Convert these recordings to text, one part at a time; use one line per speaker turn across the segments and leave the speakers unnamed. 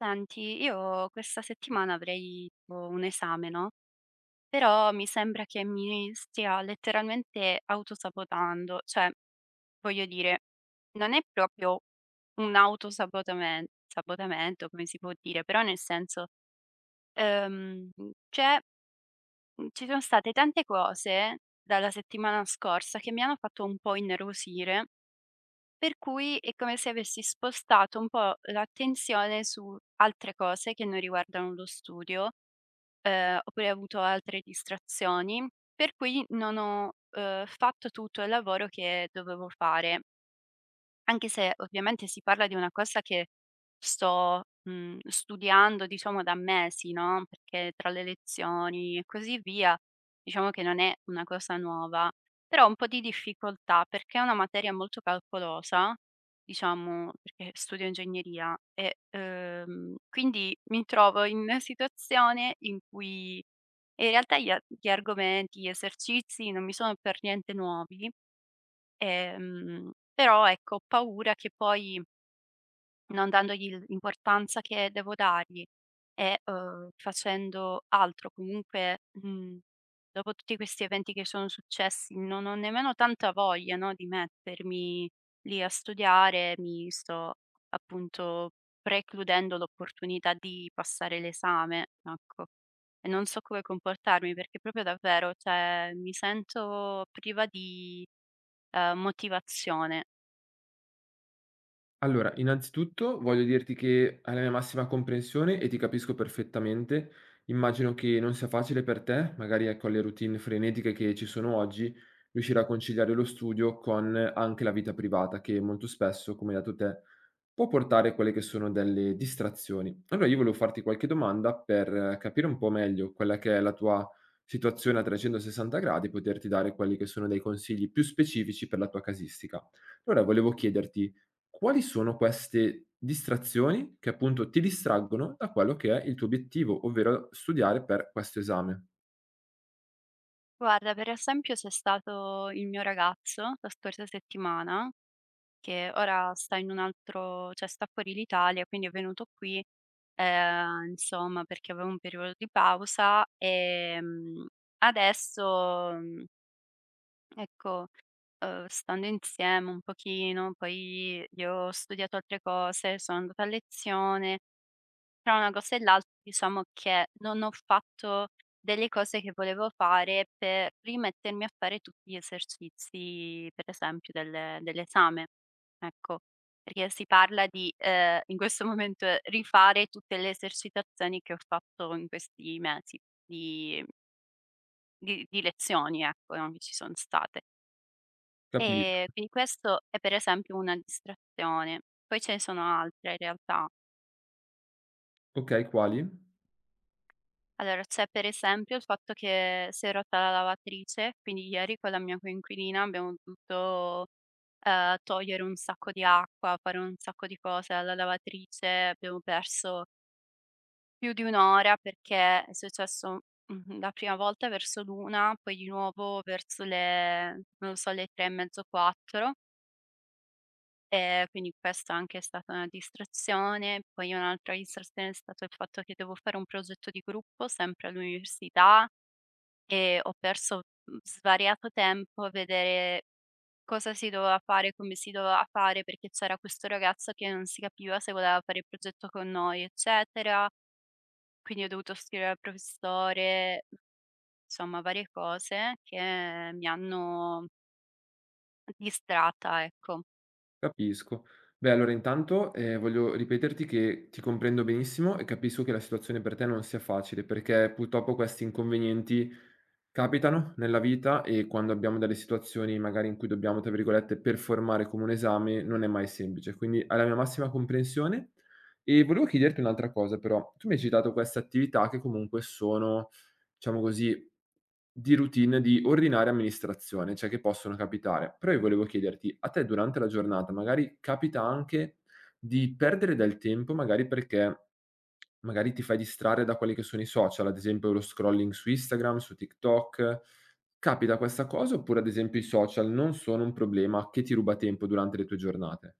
Senti, io questa settimana avrei tipo un esame, no, però mi sembra che mi stia letteralmente autosabotando. Cioè, voglio dire, non è proprio un autosabotamen sabotamento, come si può dire, però nel senso, ehm, c'è ci sono state tante cose dalla settimana scorsa che mi hanno fatto un po' innervosire, per cui è come se avessi spostato un po' l'attenzione su altre cose che non riguardano lo studio. Oppure ho avuto altre distrazioni, per cui non ho fatto tutto il lavoro che dovevo fare. Anche se ovviamente si parla di una cosa che sto studiando, diciamo, da mesi, no, perché tra le lezioni e così via, diciamo che non è una cosa nuova, però ho un po' di difficoltà perché è una materia molto calcolosa, diciamo, perché studio ingegneria e, quindi mi trovo in una situazione in cui in realtà gli argomenti, gli esercizi non mi sono per niente nuovi. Però ecco, ho paura che poi non dandogli l'importanza che devo dargli e, facendo altro comunque, dopo tutti questi eventi che sono successi non ho nemmeno tanta voglia, no, di mettermi lì a studiare, mi sto appunto precludendo l'opportunità di passare l'esame, ecco. E non so come comportarmi perché proprio davvero, cioè mi sento priva di motivazione.
Allora, innanzitutto voglio dirti che hai la mia massima comprensione e ti capisco perfettamente. Immagino che non sia facile per te, magari ecco, alle routine frenetiche che ci sono oggi, riuscire a conciliare lo studio con anche la vita privata, che molto spesso, come hai detto te, può portare a quelle che sono delle distrazioni. Allora, io volevo farti qualche domanda per capire un po' meglio quella che è la tua situazione a 360 gradi e poterti dare quelli che sono dei consigli più specifici per la tua casistica. Allora, volevo chiederti quali sono queste distrazioni che appunto ti distraggono da quello che è il tuo obiettivo, ovvero studiare per questo esame.
Guarda, per esempio c'è stato il mio ragazzo la scorsa settimana, che ora sta in un altro, cioè sta fuori l'Italia, quindi è venuto qui, insomma, perché aveva un periodo di pausa, adesso, ecco, stando insieme un pochino, poi io ho studiato altre cose, sono andata a lezione. Tra una cosa e l'altra diciamo che non ho fatto delle cose che volevo fare per rimettermi a fare tutti gli esercizi, per esempio dell'esame, ecco. Perché si parla di, in questo momento, rifare tutte le esercitazioni che ho fatto in questi mesi di lezioni, ecco, no, che ci son state.
Capito.
Quindi questo è per esempio una distrazione. Poi ce ne sono altre in realtà.
Okay, quali?
Allora, c'è per esempio il fatto che si è rotta la lavatrice, quindi ieri con la mia coinquilina abbiamo dovuto, togliere un sacco di acqua, fare un sacco di cose alla lavatrice, abbiamo perso più di 1 ora perché è successo, la prima volta verso l'1, poi di nuovo verso le, non lo so, le 3 e mezzo, 4, quindi questa anche è stata una distrazione. Poi un'altra distrazione è stato il fatto che devo fare un progetto di gruppo sempre all'università e ho perso, svariato tempo a vedere cosa si doveva fare, come si doveva fare, perché c'era questo ragazzo che non si capiva se voleva fare il progetto con noi, eccetera. Quindi ho dovuto scrivere al professore, insomma varie cose che mi hanno distratta, ecco.
Capisco. Beh, allora intanto, voglio ripeterti che ti comprendo benissimo e capisco che la situazione per te non sia facile, perché purtroppo questi inconvenienti capitano nella vita e quando abbiamo delle situazioni magari in cui dobbiamo, tra virgolette, "performare" come un esame, non è mai semplice. Quindi hai la mia massima comprensione. E volevo chiederti un'altra cosa però: tu mi hai citato queste attività che comunque sono diciamo così, di routine di ordinaria amministrazione, cioè che possono capitare. Però io volevo chiederti, a te durante la giornata magari capita anche di perdere del tempo, magari perché magari ti fai distrarre da quelli che sono i social, ad esempio lo scrolling su Instagram, su TikTok. Capita questa cosa oppure ad esempio i social non sono un problema che ti ruba tempo durante le tue giornate?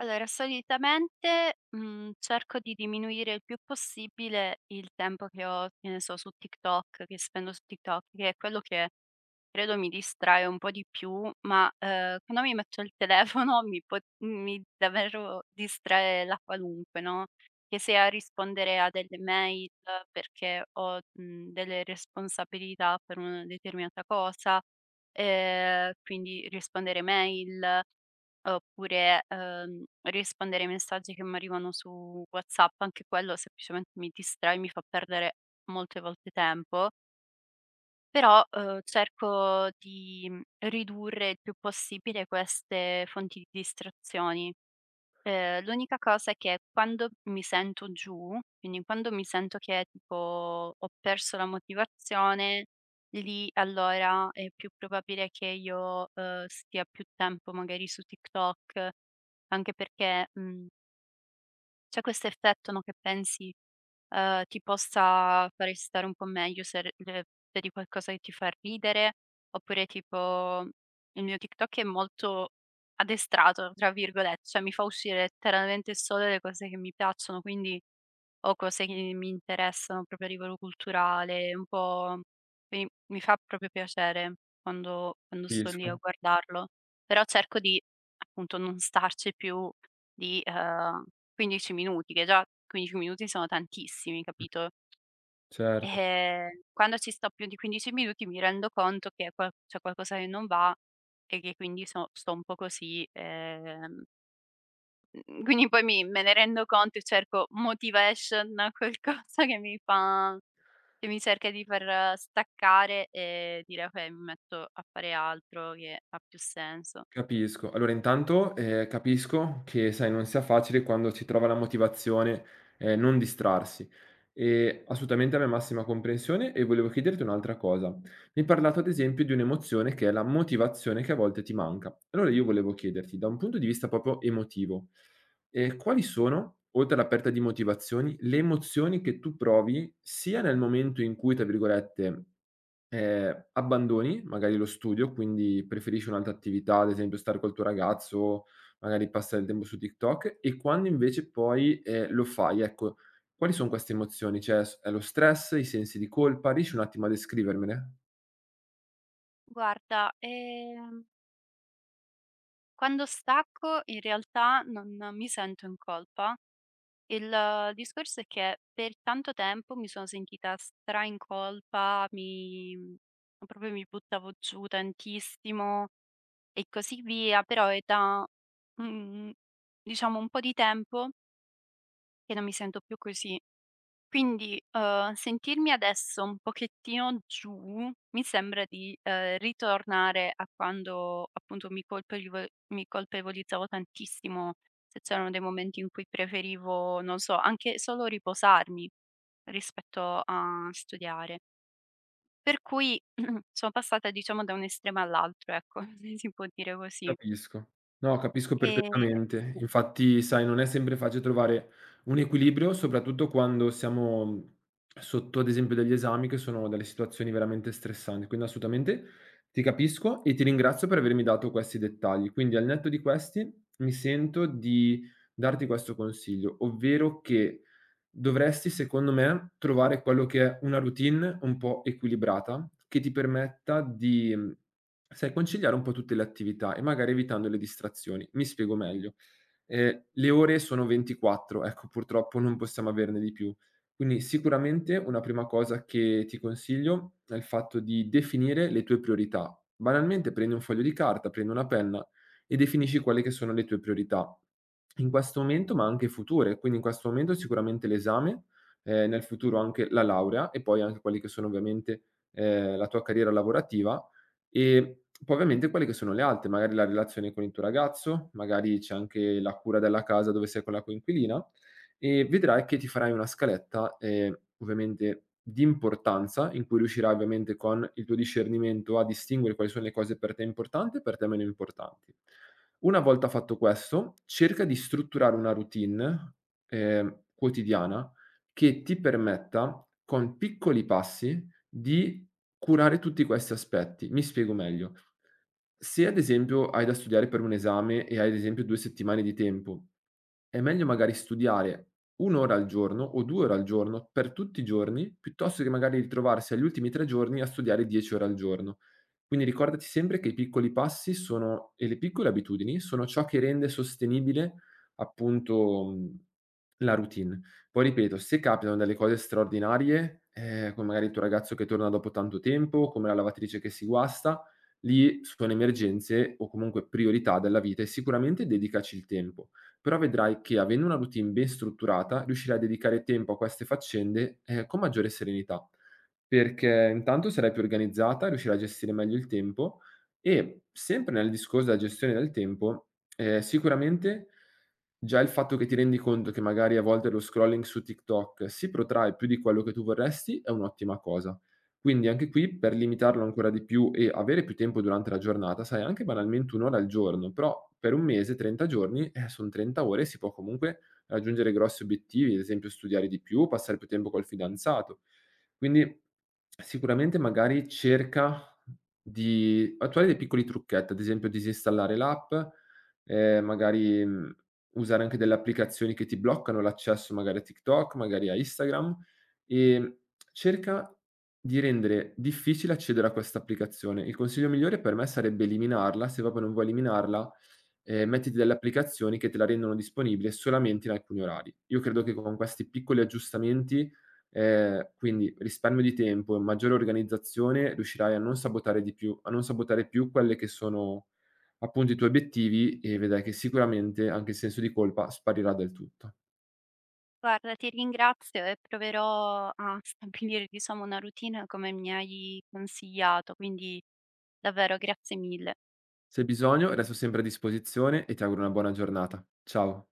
Allora, solitamente, cerco di diminuire il più possibile il tempo che ho, che ne so, che spendo su TikTok, che è quello che credo mi distrae un po' di più, ma, quando mi metto il telefono mi davvero distrae la qualunque, no, che sia rispondere a delle mail perché ho, delle responsabilità per una determinata cosa, quindi rispondere mail. Oppure, rispondere ai messaggi che m'arrivano su WhatsApp, anche quello semplicemente mi distrae, mi fa perdere molte volte tempo, però, cerco di, ridurre il più possibile queste fonti di distrazioni. L'unica cosa è che quando mi sento giù, quindi quando mi sento che tipo ho perso la motivazione, lì allora è più probabile che io, stia più tempo magari su TikTok, anche perché, mhmm c'è questo effetto, no, che pensi, ti possa fare stare un po' meglio, se r le vedi qualcosa che ti fa ridere, oppure tipo il mio TikTok è molto "addestrato" tra virgolette, cioè mi fa uscire letteralmente solo le cose che mi piacciono, quindi o cose che mi interessano proprio a livello culturale, un po' mi mi fa proprio piacere quando sto lì a
Capisco.
guardarlo. Però cerco di, appunto, non starci più di, 15 minuti, che già 15 minuti sono tantissimi,
Mh,
capito?
certo.
Quando ci sto più di 15 minuti mi rendo conto che qual c'è qualcosa che non va e che quindi so sto un po' così, mhmm, quindi poi mi me ne rendo conto e cerco motivation, qualcosa che mi fa, che mi cerca di far staccare e dire: "Okay, mi metto a fare altro che ha più senso."
Capisco. Allora intanto, capisco che, sai, non sia facile quando si trova la motivazione, non distrarsi. Assolutamente la mia massima comprensione e volevo chiederti un'altra cosa. Mi hai parlato ad esempio di un'emozione che è la motivazione che a volte ti manca. Allora io volevo chiederti, da un punto di vista proprio emotivo, quali sono, oltre alla perdita di motivazioni, le emozioni che tu provi sia nel momento in cui, tra virgolette, abbandoni magari lo studio, quindi preferisci un'altra attività, ad esempio stare col tuo ragazzo, magari passare il tempo su TikTok e quando invece poi, lo fai, ecco, quali son queste emozioni? Cioè s è lo stress, i sensi di colpa? Riesci un attimo a descrivermele?
Guarda, quando stacco in realtà non mi sento in colpa. Il discorso è che per tanto tempo mi sono sentita stra in colpa, proprio mi buttavo giù tantissimo e così via, però è da, mhmm, diciamo, un po' di tempo che non mi sento più così. Quindi, sentirmi adesso un pochettino giù, mi sembra di, ritornare a quando appunto mi colpevolizzavo tantissimo, se c'erano dei momenti in cui preferivo, non so, anche solo riposarmi rispetto a studiare. Per cui sono passata, diciamo, da un estremo all'altro, ecco, se si può dire così.
Capisco. No, capisco
E
perfettamente. Infatti, sai, non è sempre facile trovare un equilibrio, soprattutto quando siamo, sotto, ad esempio, degli esami che sono delle situazioni veramente stressanti. Quindi assolutamente ti capisco e ti ringrazio per avermi dato questi dettagli. Quindi al netto di questi, mi sento di darti questo consiglio, ovvero che dovresti, secondo me, trovare quello che è una routine un po' equilibrata, che ti permetta di, sai, conciliare un po' tutte le attività e magari evitando le distrazioni. Mi spiego meglio: le ore sono 24, ecco, purtroppo non possiamo averne di più. Quindi sicuramente una prima cosa che ti consiglio è il fatto di definire le tue priorità. Banalmente prendi un foglio di carta, prendi una penna e definisci quelle che sono le tue priorità in questo momento, ma anche future. Quindi in questo momento sicuramente l'esame, nel futuro anche la laurea e poi anche quelli che sono ovviamente, la tua carriera lavorativa e poi ovviamente quelle che sono le altre, magari la relazione con il tuo ragazzo, magari c'è anche la cura della casa dove sei con la coinquilina e vedrai che ti farai una scaletta, ovviamente di importanza, in cui riuscirai ovviamente con il tuo discernimento a distinguere quali sono le cose per te importanti e per te meno importanti. Una volta fatto questo, cerca di strutturare una routine, quotidiana che ti permetta, con piccoli passi, di curare tutti questi aspetti. Mi spiego meglio: se ad esempio hai da studiare per un esame e hai ad esempio 2 settimane di tempo, è meglio magari studiare 1 ora al giorno o 2 ore al giorno per tutti i giorni, piuttosto che magari ritrovarsi agli ultimi 3 giorni a studiare 10 ore al giorno. Quindi ricordati sempre che i piccoli passi sono e le piccole abitudini sono ciò che rende sostenibile appunto, la routine. Poi ripeto, se capitano delle cose straordinarie, come magari il tuo ragazzo che torna dopo tanto tempo, come la lavatrice che si guasta, lì sono emergenze o comunque priorità della vita e sicuramente dedicaci il tempo, però vedrai che avendo una routine ben strutturata riuscirai a dedicare tempo a queste faccende, con maggiore serenità, perché intanto sarai più organizzata, riuscirai a gestire meglio il tempo e sempre nel discorso della gestione del tempo, sicuramente già il fatto che ti rendi conto che magari a volte lo scrolling su TikTok si protrae più di quello che tu vorresti è un'ottima cosa. Quindi anche qui, per limitarlo ancora di più e avere più tempo durante la giornata, sai anche banalmente 1 ora al giorno, però per 1 mese, 30 giorni, son 30 ore e si può comunque raggiungere grossi obiettivi, ad esempio studiare di più, passare più tempo col fidanzato. Quindi sicuramente magari cerca di attuare dei piccoli trucchetti, ad esempio disinstallare l'app, magari, usare anche delle applicazioni che ti bloccano l'accesso magari a TikTok, magari a Instagram, ehm, cerca di rendere difficile accedere a questa applicazione. Il consiglio migliore per me sarebbe eliminarla, se proprio non vuoi eliminarla, mettiti delle applicazioni che te la rendono disponibile solamente in alcuni orari. Io credo che con questi piccoli aggiustamenti, quindi risparmio di tempo e maggiore organizzazione, riuscirai a non sabotare di più a non sabotare più quelle che sono appunto i tuoi obiettivi e vedrai che sicuramente anche il senso di colpa sparirà del tutto.
guarda, ti ringrazio e proverò a stabilire, diciamo, una routine come mi hai consigliato, quindi davvero grazie mille.
Se hai bisogno resto sempre a disposizione e ti auguro una buona giornata. Ciao.